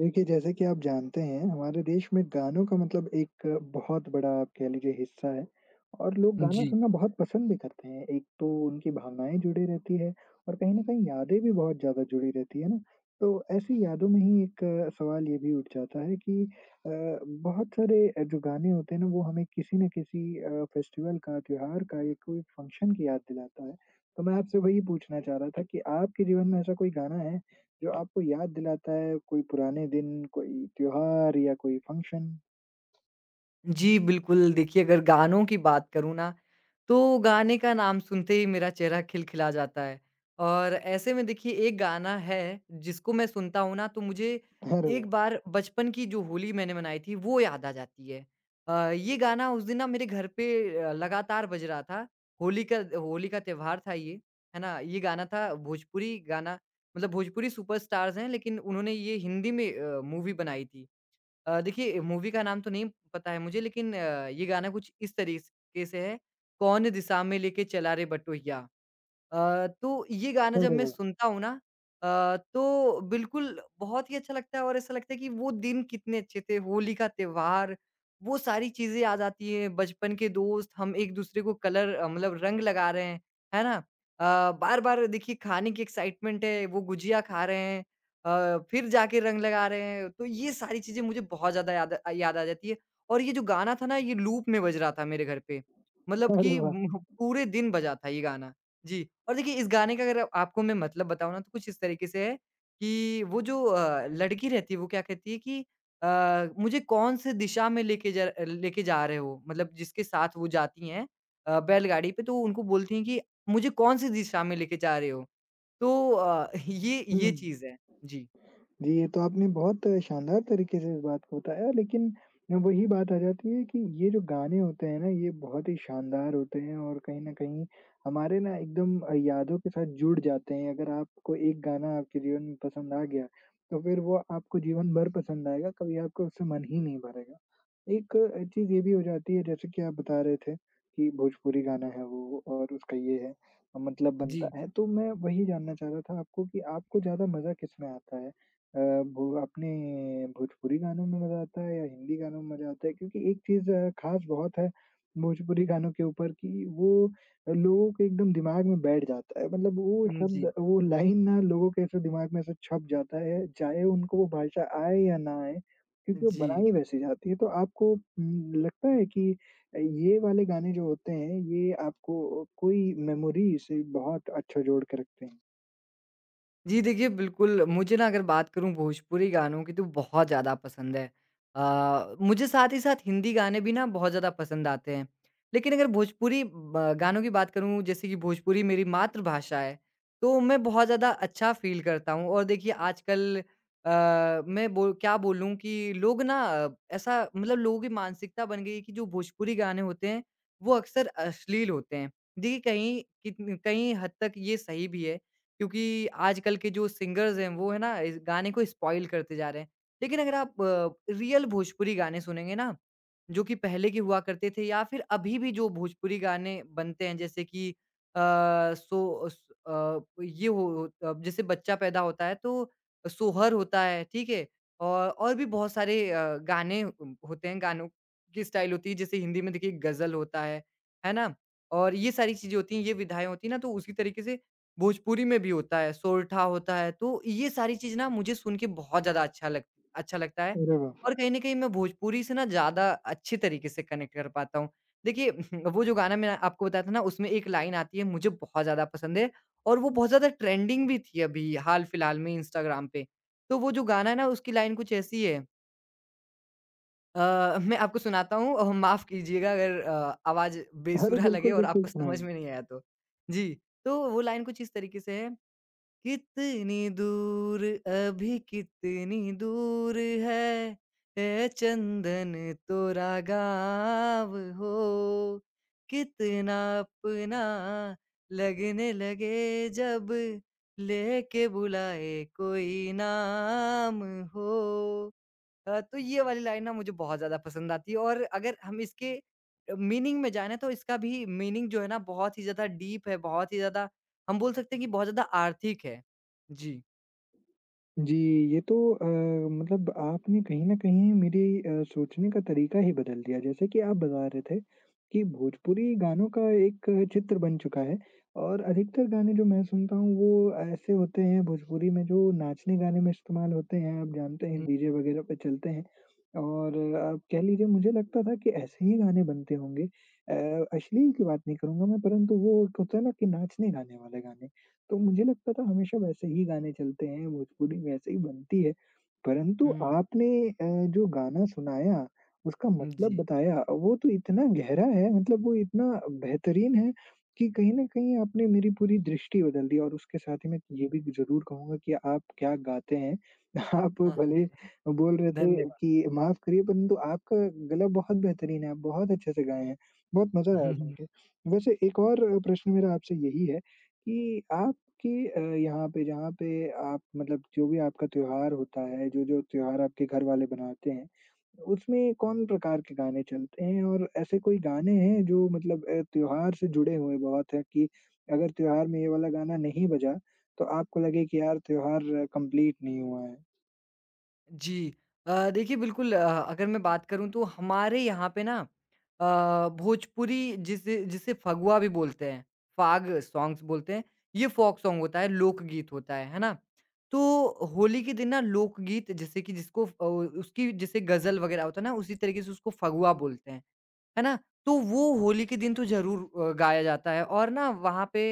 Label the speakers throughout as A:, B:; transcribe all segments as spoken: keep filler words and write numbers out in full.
A: देखिए, जैसे कि आप जानते हैं, हमारे देश में गानों का मतलब एक बहुत बड़ा आप कह लीजिए हिस्सा है और लोग गाना
B: जी।
A: सुनना बहुत पसंद भी करते हैं। एक तो उनकी भावनाएँ जुड़ी रहती है और कहीं न कहीं यादें भी बहुत ज़्यादा जुड़ी रहती है ना? तो ऐसी यादों में ही एक अ, सवाल ये भी उठ जाता है कि अ, बहुत सारे अ, जो गाने होते हैं ना, वो हमें किसी न किसी अ, फेस्टिवल का, त्योहार का या कोई फंक्शन की याद दिलाता है। तो मैं आपसे वही पूछना चाह रहा था कि आपके जीवन में ऐसा कोई गाना है जो आपको याद दिलाता है कोई पुराने दिन, कोई त्योहार या कोई फंक्शन?
B: जी, बिल्कुल, देखिए अगर गानों की बात करूँ ना, तो गाने का नाम सुनते ही मेरा चेहरा खिलखिला जाता है और ऐसे में देखिए एक गाना है, जिसको मैं सुनता हूँ ना तो मुझे
A: अरे
B: एक
A: वाह!
B: बार बचपन की जो होली मैंने मनाई थी, वो याद आ जाती है। अ, ये गाना उस दिन ना मेरे घर पे अ, लगातार बज रहा था। होली का होली का त्योहार था ये, है ना? ये गाना था भोजपुरी गाना मतलब भोजपुरी सुपरस्टार्स हैं लेकिन उन्होंने ये हिंदी में अ, मूवी बनाई थी। अ, देखिए मूवी का नाम तो नहीं पता है मुझे लेकिन अ, ये गाना कुछ इस तरीके से है, कौन दिशा में लेके चला रे बटोहिया। अ, तो ये गाना जब
A: अरे
B: मैं
A: वाह!
B: सुनता हूँ ना अ, तो बिल्कुल बहुत ही अच्छा लगता है और ऐसा लगता है कि वो दिन कितने अच्छे थे, होली का त्योहार, वो सारी चीज़ें याद आती हैं, बचपन के दोस्त, हम एक-दूसरे को कलर अ, मतलब रंग लगा रहे हैं, है ना? अ, बार-बार देखिए खाने की एक्साइटमेंट है, वो गुजिया खा रहे हैं अ, फिर जाके रंग लगा रहे हैं, तो ये सारी चीज़ें मुझे बहुत ज़्यादा याद अ, याद आ जाती है और ये जो गाना था ना, ये लूप में बज रहा था मेरे घर पे, मतलब
A: अरे
B: कि
A: वाह!
B: उम, पूरे दिन बजा था ये गाना। जी, और देखिए इस गाने का अगर आप- आपको मैं मतलब बताऊँ ना तो कुछ इस तरीके से है कि वो जो अ, लड़की रहती है वो क्या कहती है कि अ, मुझे कौन-से दिशा में लेके जा लेके जा रहे हो? मतलब जिसके साथ वो जाती हैं अ, बैलगाड़ी पे तो उनको बोलती हैं कि मुझे कौन-सी दिशा में लेके जा रहे हो? तो अ, ये
A: हुँ।
B: ये चीज़ है। जी।
A: जी, ये तो आपने बहुत शानदार तरीके से इस बात को बताया, लेकिन वही बात आ जाती है कि ये जो गाने होते हैं ना, ये बहुत ही शानदार होते हैं और कहीं न कहीं हमारे ना एकदम अ, यादों के साथ जुड़ जाते हैं। अगर आपको एक गाना आपके जीवन में पसंद आ गया, तो फिर वो आपको जीवन भर पसंद आएगा, कभी आपका उससे मन ही नहीं भरेगा। एक अ, चीज़ ये भी हो जाती है, जैसे कि आप बता रहे थे कि भोजपुरी गाना है वो और उसका ये है, मतलब बनता
B: जी।
A: है। तो मैं वही जानना चाह रहा था आपको कि आपको ज़्यादा मज़ा किसमें आता है? अ, भो अपने भोजपुरी गानों में मज़ा आता है या हिंदी गानों में मज़ा आता है क्योंकि एक चीज़ अ, ख़ास बहुत है भोजपुरी गानों के ऊपर कि वो लोगों के एकदम दिमाग में बैठ जाता है। मतलब वो
B: हुँ, जी।
A: शब्द, वो लाइन ना लोगों के ऐसे दिमाग में ऐसे छप जाता है, चाहे उनको वो भाषा आए या ना आए, क्योंकि वो
B: जी।
A: बनाई वैसी जाती है। तो आपको उम, लगता है कि अ, ये वाले गाने जो होते हैं, ये आपको कोई मेमोरी से बहुत अच्छा जोड़ के रखते हैं?
B: जी देखिए, बिल्कुल, मुझे ना अगर बात करूँ भोजपुरी गानों की तो बहुत ज़्यादा पसंद है। अ, मुझे साथ ही साथ हिंदी गाने भी ना बहुत ज़्यादा पसंद आते हैं। लेकिन अगर भोजपुरी ब गानों की बात करूँ जैसे कि भोजपुरी मेरी मातृभाषा है, तो मैं बहुत ज़्यादा अच्छा फ़ील करता हूँ और देखिए आजकल अ, मैं बो क्या बोलूँ कि लोग ना अ, ऐसा मतलब लोगों की मानसिकता बन गई है कि जो भोजपुरी गाने होते हैं, वो अक्सर अश्लील होते हैं। देखिए कहीं कितन कहीं हद तक ये सही भी है क्योंकि आजकल के जो सिंगर्स हैं वो है ना इस गाने को स्पॉइल करते जा रहे हैं। लेकिन अगर आप अ, रियल भोजपुरी गाने सुनेंगे ना, जो कि पहले के हुआ करते थे या फिर अभी भी जो भोजपुरी गाने बनते हैं जैसे कि अ, सो स अ, ये हो अ, जैसे बच्चा पैदा होता है तो सोहर होता है, ठीक है? और और भी बहुत सारे अ, गाने उम, होते हैं, गानों की स्टाइल होती है जैसे हिंदी में देखिए गज़ल होता है, है ना? और ये सारी चीज़ें होती हैं, ये विधाएँ होती हैं ना तो उसी तरीके से भोजपुरी में भी होता है, सोरठा होता है, तो ये सारी चीज़ ना मुझे सुन के बहुत ज़्यादा अच्छा लग अच्छा लगता है
A: अरे वाह!
B: और कहीं न कहीं मैं भोजपुरी से ना ज़्यादा अच्छे तरीके से कनेक्ट कर पाता हूँ। देखिए वो जो गाना मैंने आपको बताया था ना उसमें एक लाइन आती है मुझे बहुत ज़्यादा पसंद है और वो बहुत ज़्यादा ट्रेंडिंग भी थी अभी हाल-फिलहाल में इंस्टाग्राम पे। तो वो जो गाना है ना उसकी लाइन कुछ ऐसी है अ, मैं आपको सुनाता हूँ अ, माफ़ कीजिएगा अगर अ, आवाज़
A: अरे
B: बेसुरा लगे
A: बिल्कुल,
B: और
A: बिल्कुल
B: आपको समझ
A: सुनाइए।
B: में नहीं आया तो। जी, तो वो लाइन कुछ इस तरीके से है कितनी दूर अभी कितनी दूर है ए चंदन तोरा गाँव हो कितना अपना लगने लगे जब लेके बुलाए कोई नाम हो अ, तो ये वाली लाइन ना मुझे बहुत ज़्यादा पसंद आती है और अगर हम इसके मीनिंग में जाएँ ना तो इसका भी मीनिंग जो है ना बहुत ही ज़्यादा डीप है, बहुत ही ज़्यादा हम बोल सकते हैं कि बहुत ज़्यादा आर्थिक है। जी।
A: जी, ये तो अ, मतलब आपने कहीं न कहीं मेरे अ, सोचने का तरीका ही बदल दिया। जैसे कि आप बता रहे थे कि भोजपुरी गानों का एक चित्र बन चुका है और अधिकतर गाने जो मैं सुनता हूँ वो ऐसे होते हैं भोजपुरी में जो नाचने गाने में इस्तेमाल होते हैं। आप जानते हैं
B: हुँ,
A: डीजे वगैरह पे चलते हैं और आप कह लीजिए मुझे लगता था कि ऐसे ही गाने बनते होंगे। अ, अश्लील की बात नहीं करूँगा मैं परंतु वो एक होता है ना कि नाचने गाने वाले गाने। तो मुझे लगता था हमेशा वैसे ही गाने चलते हैं, भोजपुरी वैसे ही बनती है। परंतु आपने अ, जो गाना सुनाया, उसका
B: हुँ,
A: मतलब
B: जी।
A: बताया, वो तो इतना गहरा है मतलब वो इतना बेहतरीन है कि कहीं न कहीं आपने मेरी पूरी दृष्टि बदल दी और उसके साथ ही मैं ये
B: हुँ,
A: भी ज़रूर कहूँगा कि आप क्या गाते हैं। आप
B: हाँ,
A: भले
B: हाँ,
A: बोल रहे थे कि
B: धन्यवाद।
A: माफ़ करिए परंतु आपका गला बहुत बेहतरीन है, आप बहुत अच्छे से गाए हैं। बहुत मज़ा आया सुन के। वैसे एक और प्रश्न मेरा आपसे यही है कि आप कि अ, यहाँ पे जहाँ पे आप मतलब जो भी आपका त्योहार होता है, जो-जो त्योहार आपके घर वाले बनाते हैं, उसमें कौन प्रकार के गाने चलते हैं? और ऐसे कोई गाने हैं जो मतलब अ, त्योहार से जुड़े हुए बहुत हैं कि अगर त्योहार में ये वाला गाना नहीं बजा, तो आपको लगे कि यार त्योहार कंप्लीट नहीं हुआ है?
B: जी। अ, देखिए बिल्कुल अ, अगर मैं बात करूँ तो हमारे यहाँ पे ना अ, भोजपुरी जिसे जिसे फगुआ भी बोलते हैं, फाग सॉन्ग्स बोलते हैं, ये फ़ोक सॉन्ग होता है, लोकगीत होता है, है ना? तो होली के दिन ना लोकगीत जैसे कि जिसको फ अ, उसकी जैसे गज़ल वगैरह होता है ना, उसी तरीके से उसको फगुआ बोलते हैं। है ना? तो वो होली के दिन तो ज़रूर अ, गाया जाता है और ना वहाँ पे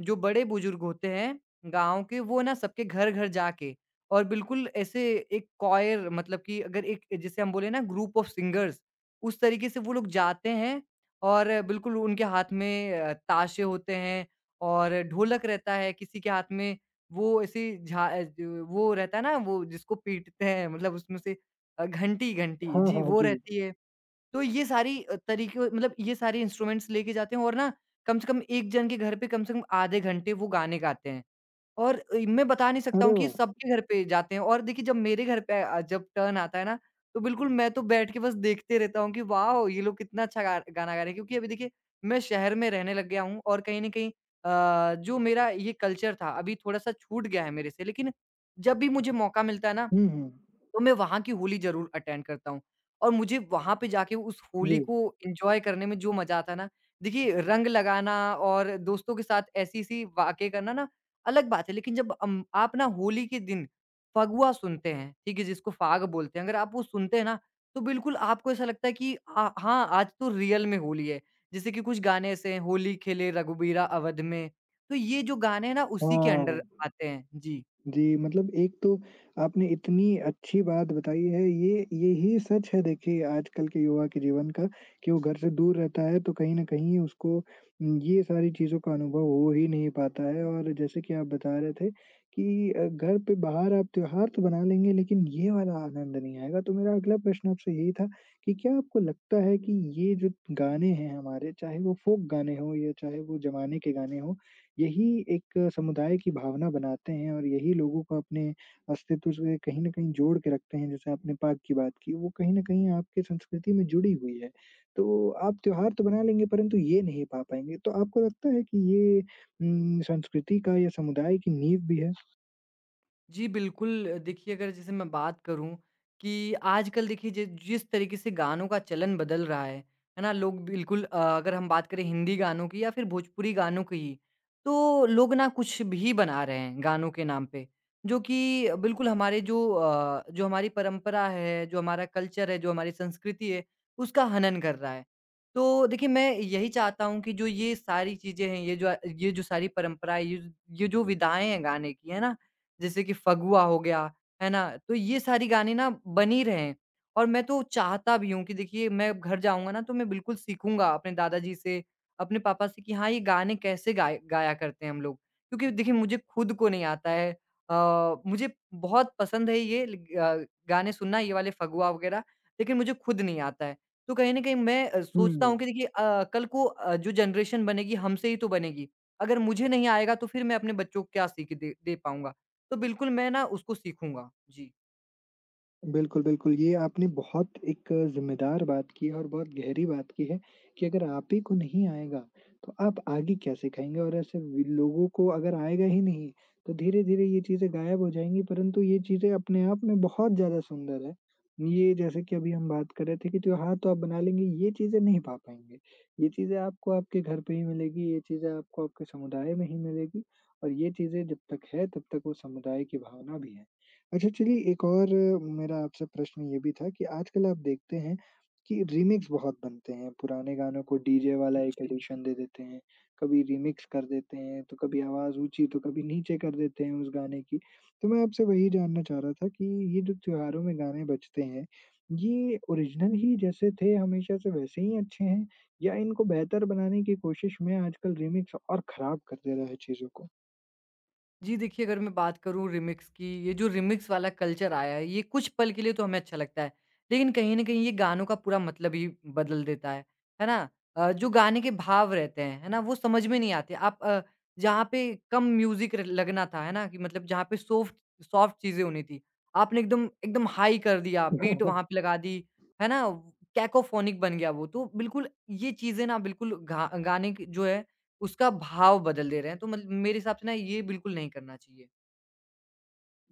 B: जो बड़े-बुजुर्ग होते हैं गाँव के, वो ना सबके घर-घर जाके और बिल्कुल ऐसे एक कॉयर मतलब कि अगर एक जिसे हम बोले ना ग्रुप ऑफ सिंगर्स, उस तरीके से वो लोग जाते हैं और बिल्कुल उनके हाथ में अ, ताशे होते हैं और ढोलक रहता है, किसी के हाथ में वो ऐसी झा अ, जो वो रहता है ना, वो जिसको पीटते हैं मतलब उसमें से अ, घंटी घंटी
A: हाँ,
B: जी,
A: हाँ,
B: वो
A: जी।
B: रहती है। तो ये सारी अ, तरीके मतलब ये सारे इंस्ट्रूमेंट्स लेके जाते हैं और ना कम से कम एक जन के घर पे कम से कम आधे घंटे वो गाने गाते हैं। और अ, मैं बता नहीं सकता
A: अरे
B: हूँ कि
A: वाह!
B: सबके घर पे जाते हैं और देखिए जब मेरे घर पे अ, जब टर्न आता है ना, तो बिल्कुल मैं तो बैठ के बस देखते रहता हूँ कि वाओ! ये लोग कितना अच्छा गा गाना गा रहे हैं। क्योंकि अभी देखिए मैं शहर में रहने लग गया हूँ और कहीं न कहीं अ, जो मेरा ये कल्चर था अभी थोड़ा-सा छूट गया है मेरे से। लेकिन जब भी मुझे मौका मिलता है ना
A: हुँ, हुँ।
B: तो मैं वहाँ की होली ज़रूर अटेंड करता हूँ और मुझे वहाँ पे जाके उस होली
A: जी,
B: को एन्जॉय करने में जो मज़ा आता है ना, देखिए रंग लगाना और दोस्तों के साथ ऐसी-ऐसी वाक़ई करना ना, अलग बात है लेकिन जब अम, आप ना होली के दिन फगुआ सुनते हैं, ठीक है? जिसको फाग बोलते हैं, अगर आप वो सुनते हैं ना, तो बिल्कुल आपको ऐसा लगता है कि अ, हाँ, आज तो रियल में होली है। जैसे कि कुछ गाने ऐसे हैं, होली खेले रघुबीरा अवध में, तो ये जो गाने हैं ना, उसी के
A: हाँ।
B: अंडर आते हैं। जी।
A: जी, मतलब एक तो आपने इतनी अच्छी बात बताई है, ये यही सच है देखिए आजकल के युवा के जीवन का कि वो घर से दूर रहता है तो कहीं न कहीं उसको उम, ये सारी चीज़ों का अनुभव हो ही नहीं पाता है और जैसे कि आप बता रहे थे कि अ, घर पे बाहर आप त्योहार तो बना लेंगे लेकिन ये वाला आनंद नहीं आएगा। तो मेरा अगला प्रश्न आपसे यही था कि क्या आपको लगता है कि ये जो गाने हैं हमारे, चाहे वो फ़ोक गाने हों या चाहे वो ज़माने के गाने हों, यही एक समुदाय की भावना बनाते हैं और यही लोगों को अपने अस्तित्व से कहीं न कहीं जोड़ के रखते हैं। जैसे आपने पाक की बात की, वो कहीं न कहीं आपकी संस्कृति में जुड़ी हुई है। तो आप त्योहार तो बना लेंगे परंतु ये नहीं पा पाएँगे। तो आपको लगता है कि ये उम, संस्कृति का या समुदाय की नींव भी है?
B: जी, बिल्कुल अ, देखिए अगर जैसे मैं बात करूँ कि आजकल देखिए जि जिस तरीके से गानों का चलन बदल रहा है, है ना? लोग बिल्कुल अ, अगर हम बात करें हिंदी गानों की या फिर भोजपुरी गानों की ही, तो लोग ना कुछ भी बना रहे हैं गानों के नाम पे, जो कि बिल्कुल हमारे जो अ, जो हमारी परंपरा है, जो हमारा कल्चर है, जो हमारी संस्कृति है, उसका हनन कर रहा है। तो देखिए मैं यही चाहता हूँ कि जो ये सारी चीज़ें हैं, ये जो ये जो सारी परंपराएँ, ये ज ये जो विधाएँ हैं गाने की, है ना? जैसे कि फगुआ हो गया, है ना? तो ये सारी गाने ना बन ही रहे हैं और मैं तो चाहता भी हूँ कि देखिए मैं अब घर जाऊँगा ना तो मैं बिल्कुल सीखूँगा अपने दादाजी से, अपने पापा से कि हाँ, ये गाने कैसे गाए गाया करते हैं हम लोग। क्योंकि देखिए मुझे खुद को नहीं आता है। अ, मुझे बहुत पसंद है ये ल ग गाने सुनना ये वाले फगुआ वगैरह, लेकिन मुझे खुद नहीं आता है। तो कहीं न कहीं मैं अ, सोचता
A: हुँ।
B: हूँ कि देखिए अ, कल को अ, जो जनरेशन बनेगी हमसे ही तो बनेगी। अगर मुझे नहीं आएगा तो फिर मैं अपने बच्चों को क्या सीख दे दे पाऊँगा? तो बिल्कुल मैं ना उसको सीखूँगा। जी।
A: बिल्कुल, बिल्कुल। ये आपने बहुत एक ज़िम्मेदार बात की है और बहुत गहरी बात की है कि अगर आप ही को नहीं आएगा, तो आप आगे कैसे खाएँगे? और ऐसे वि लोगों को अगर आएगा ही नहीं, तो धीरे-धीरे ये चीज़ें गायब हो जाएँगी, परंतु ये चीज़ें अपने आप में बहुत ज़्यादा सुंदर है। ये जैसे कि अभी हम बात कर रहे थे कि त्योहार तो आप बना लेंगे, ये चीज़ें नहीं पा पाएँगे। ये चीज़ें आपको आपके घर पे ही मिलेगी, ये चीज़ें आपको आपके समुदाय में ही मिलेगी और ये चीज़ें जब तक है, तब तक वो समुदाय की भावना भी है। अच्छा चलिए एक और अ, मेरा आपसे प्रश्न ये भी था कि आजकल आप देखते हैं कि रीमिक्स बहुत बनते हैं। पुराने गानों को डीजे वाला एक
B: जी।
A: एडिशन दे देते हैं, कभी रीमिक्स कर देते हैं, तो कभी आवाज़ ऊँची तो कभी नीचे कर देते हैं उस गाने की। तो मैं आपसे वही जानना चाह रहा था कि ये जो त्योहारों में गाने बजते हैं, ये ओरिजिनल ही जैसे थे हमेशा से वैसे ही अच्छे हैं या इनको बेहतर बनाने की कोशिश में आजकल रीमिक्स और खराब कर दे रहा है चीज़ों
B: जी, देखिए अगर मैं बात करूँ रिमिक्स की, ये जो रिमिक्स वाला कल्चर आया है, ये कुछ पल के लिए तो हमें अच्छा लगता है। लेकिन कहीं न कहीं ये गानों का पूरा मतलब ही बदल देता है। है ना? अ, जो गाने के भाव रहते हैं, है ना? वो समझ में नहीं आते। आप अ, जहाँ पे कम म्यूज़िक र लगना था, है ना? कि मतलब जहाँ पे सॉफ्ट सॉफ्ट चीज़ें होनी थी, आपने एकदम एकदम हाई कर दिया, बीट
A: को?
B: वहाँ पे लगा दी, है ना? कैकोफ़ोनिक बन गया वो। तो बिल्कुल ये चीज़ें ना बिल्कुल घा गाने की जो है उसका भाव बदल दे रहे हैं, तो मतलब मेरे हिसाब से ना ये बिल्कुल नहीं करना चाहिए।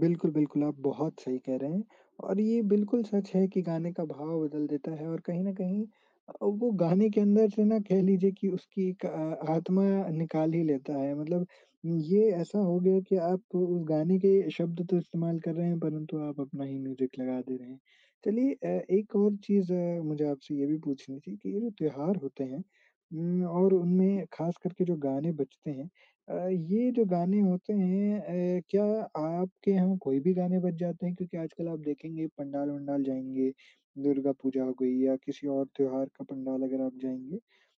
A: बिल्कुल, बिल्कुल, आप बहुत सही कह रहे हैं और ये बिल्कुल सच है कि गाने का भाव बदल देता है और कहीं न कहीं अ, वो गाने के अंदर से ना कह लीजिए कि उसकी एक अ, आत्मा निकाल ही लेता है। मतलब ये ऐसा हो गया कि आप उस गाने के शब्द तो इस्तेमाल कर रहे हैं, परंतु आप अपना ही म्यूज़िक लगा दे रहे हैं। चलिए अ, एक और चीज़ मुझे आपसे ये भी पूछनी थी कि ये जो त्योहार होते हैं उम, और उनमें ख़ास करके जो गाने बजते हैं, अ, ये जो गाने होते हैं अ, क्या आपके यहाँ कोई भी गाने बज जाते हैं? क्योंकि आजकल आप देखेंगे पंडाल-वंडाल जाएँगे, दुर्गा पूजा हो गई या किसी और त्योहार का पंडाल अगर आप जाएँगे,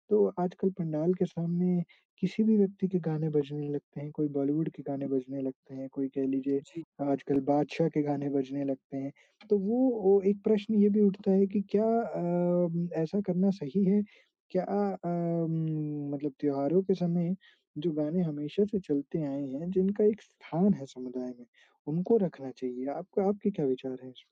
A: तो आजकल पंडाल के सामने किसी भी व्यक्ति के गाने बजने लगते हैं, कोई बॉलीवुड के गाने बजने लगते हैं, कोई कह लीजिए आजकल बादशाह के गाने बजने लगते हैं। तो वो वो एक प्रश्न ये भी उठता है कि क्या अ, ऐसा करना सही है? क्या अ, मतलब त्योहारों के समय जो गाने हमेशा से चलते आए हैं, जिनका एक स्थान है समुदाय में, उनको रखना चाहिए। आपका आपके क्या विचार हैं इस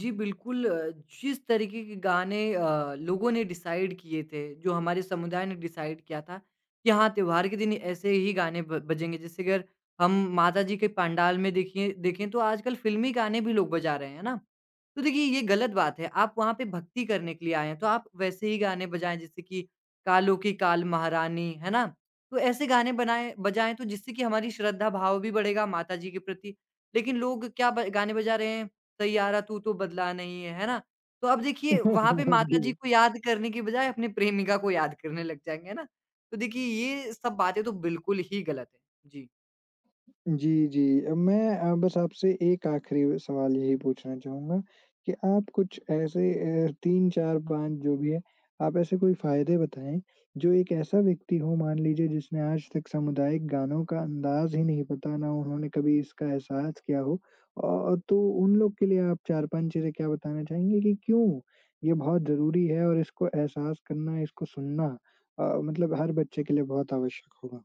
B: जी, बिल्कुल अ, जिस तरीके के गाने अ, लोगों ने डिसाइड किए थे, जो हमारे समुदाय ने डिसाइड किया था कि हाँ, त्योहार के दिन ऐसे ही गाने ब बजेंगे। जैसे अगर हम माता जी के पंडाल में देखिए देखें तो आजकल फ़िल्मी गाने भी लोग बजा रहे हैं, है ना? तो देखिए ये गलत बात है, आप वहाँ पे भक्ति करने के लिए आए हैं, तो आप वैसे ही गाने बजाएँ जैसे कि कालो की काल महारानी, है ना? तो ऐसे गाने बनाएँ बजाएँ तो जिससे कि हमारी श्रद्धा भाव भी बढ़ेगा माता जी के प्रति। लेकिन लोग क्या ब गाने बजा रहे हैं सैयारा तू तो बदला नहीं है, है ना? तो अब
A: पे?
B: देखिए वहाँ पे माता जी
A: जी।
B: को याद करने की बजाय अपने प्रेमिका को याद करने लग जाएँगे, है ना? तो देखिए ये सब बातें तो बिल्कुल ही गलत है। जी।
A: जी, जी। अ, मैं अ, बस आपसे एक आखिरी सवाल यही पूछना चाहूँगा कि आप कुछ ऐसे अ, तीन, चार, पाँच जो भी है, आप ऐसे कोई फ़ायदे बताएँ जो एक ऐसा व्यक्ति हो मान लीजिए जिसने आज तक सामुदायिक गानों का अंदाज़ ही नहीं पता, ना उन्होंने कभी इसका एहसास किया हो। अ, तो उन लोग के लिए आप चार पाँच चीज़ें क्या बताना चाहेंगे कि क्यों ये बहुत ज़रूरी है और इसको एहसास करना, इसको सुनना अ, मतलब हर बच्चे के लिए बहुत आवश्यक होगा?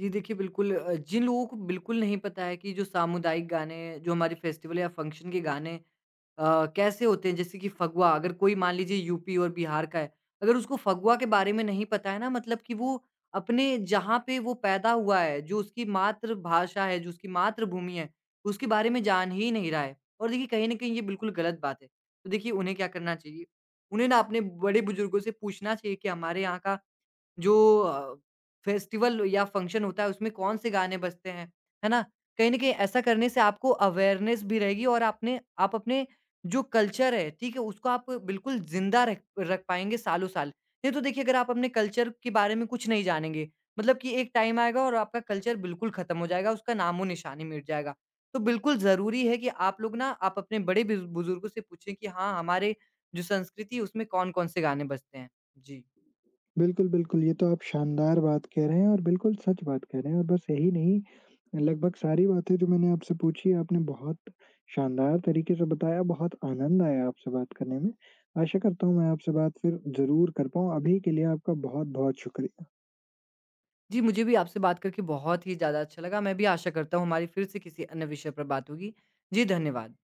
B: जी देखिए बिल्कुल अ, जिन लोगों को बिल्कुल नहीं पता है कि जो सामुदायिक गाने, जो हमारे फेस्टिवल या फंक्शन के गाने अ, कैसे होते हैं? जैसे कि फगुआ अगर कोई मान लीजिए यूपी और बिहार का है, अगर उसको फगुआ के बारे में नहीं पता है ना मतलब कि वो अपने जहाँ पे वो पैदा हुआ है, जो उसकी मातृभाषा है, जो उसकी मातृभूमि है, उसके बारे में जान ही नहीं रहा है। और देखिए कहीं न कहीं ये बिल्कुल गलत बात है। तो देखिए उन्हें क्या करना चाहिए? उन्हें ना अपने बड़े बुजुर्गों से पूछना चाहिए कि हमारे यहाँ का जो अ, फेस्टिवल या फंक्शन होता है उसमें कौन से गाने बजते हैं, है ना? कहीं न कहीं ऐसा करने से आपको अवेयरनेस भी रहेगी और आपने आप अपने जो कल्चर है, ठीक है? उसको आप बिल्कुल ज़िंदा रख रख पाएँगे सालों-साल। नहीं तो देखिए अगर आप अपने कल्चर के बारे में कुछ नहीं जानेंगे, मतलब कि एक टाइम आएगा और आपका कल्चर बिल्कुल ख़त्म हो जाएगा, उसका नामो-निशान ही मिट जाएगा। तो बिल्कुल ज़रूरी है कि आप लोग ना आप अपने बड़े बुज़ बुज़ुर्गों से पूछें कि हाँ, हमारे जो संस्कृति है उसमें कौन-कौन से गाने बजते हैं? जी।
A: बिल्कुल, बिल्कुल, ये तो आप शानदार बात कह रहे हैं और बिल्कुल सच बात कह रहे हैं और बस यही नहीं, लगभग सारी बातें जो मैंने आपसे पूछी, आपने बहुत शानदार तरीके से बताया, बहुत आनंद आया आपसे बात करने में। आशा करता हूँ मैं आपसे बात फिर ज़रूर कर पाऊँ, अभी के लिए आपका बहुत-बहुत शुक्रिया।
B: जी, मुझे भी आपसे बात करके बहुत ही ज़्यादा अच्छा लगा। मैं भी आशा करता हूँ हमारी फिर से किसी अन्य विषय पर बात होगी। जी, धन्यवाद।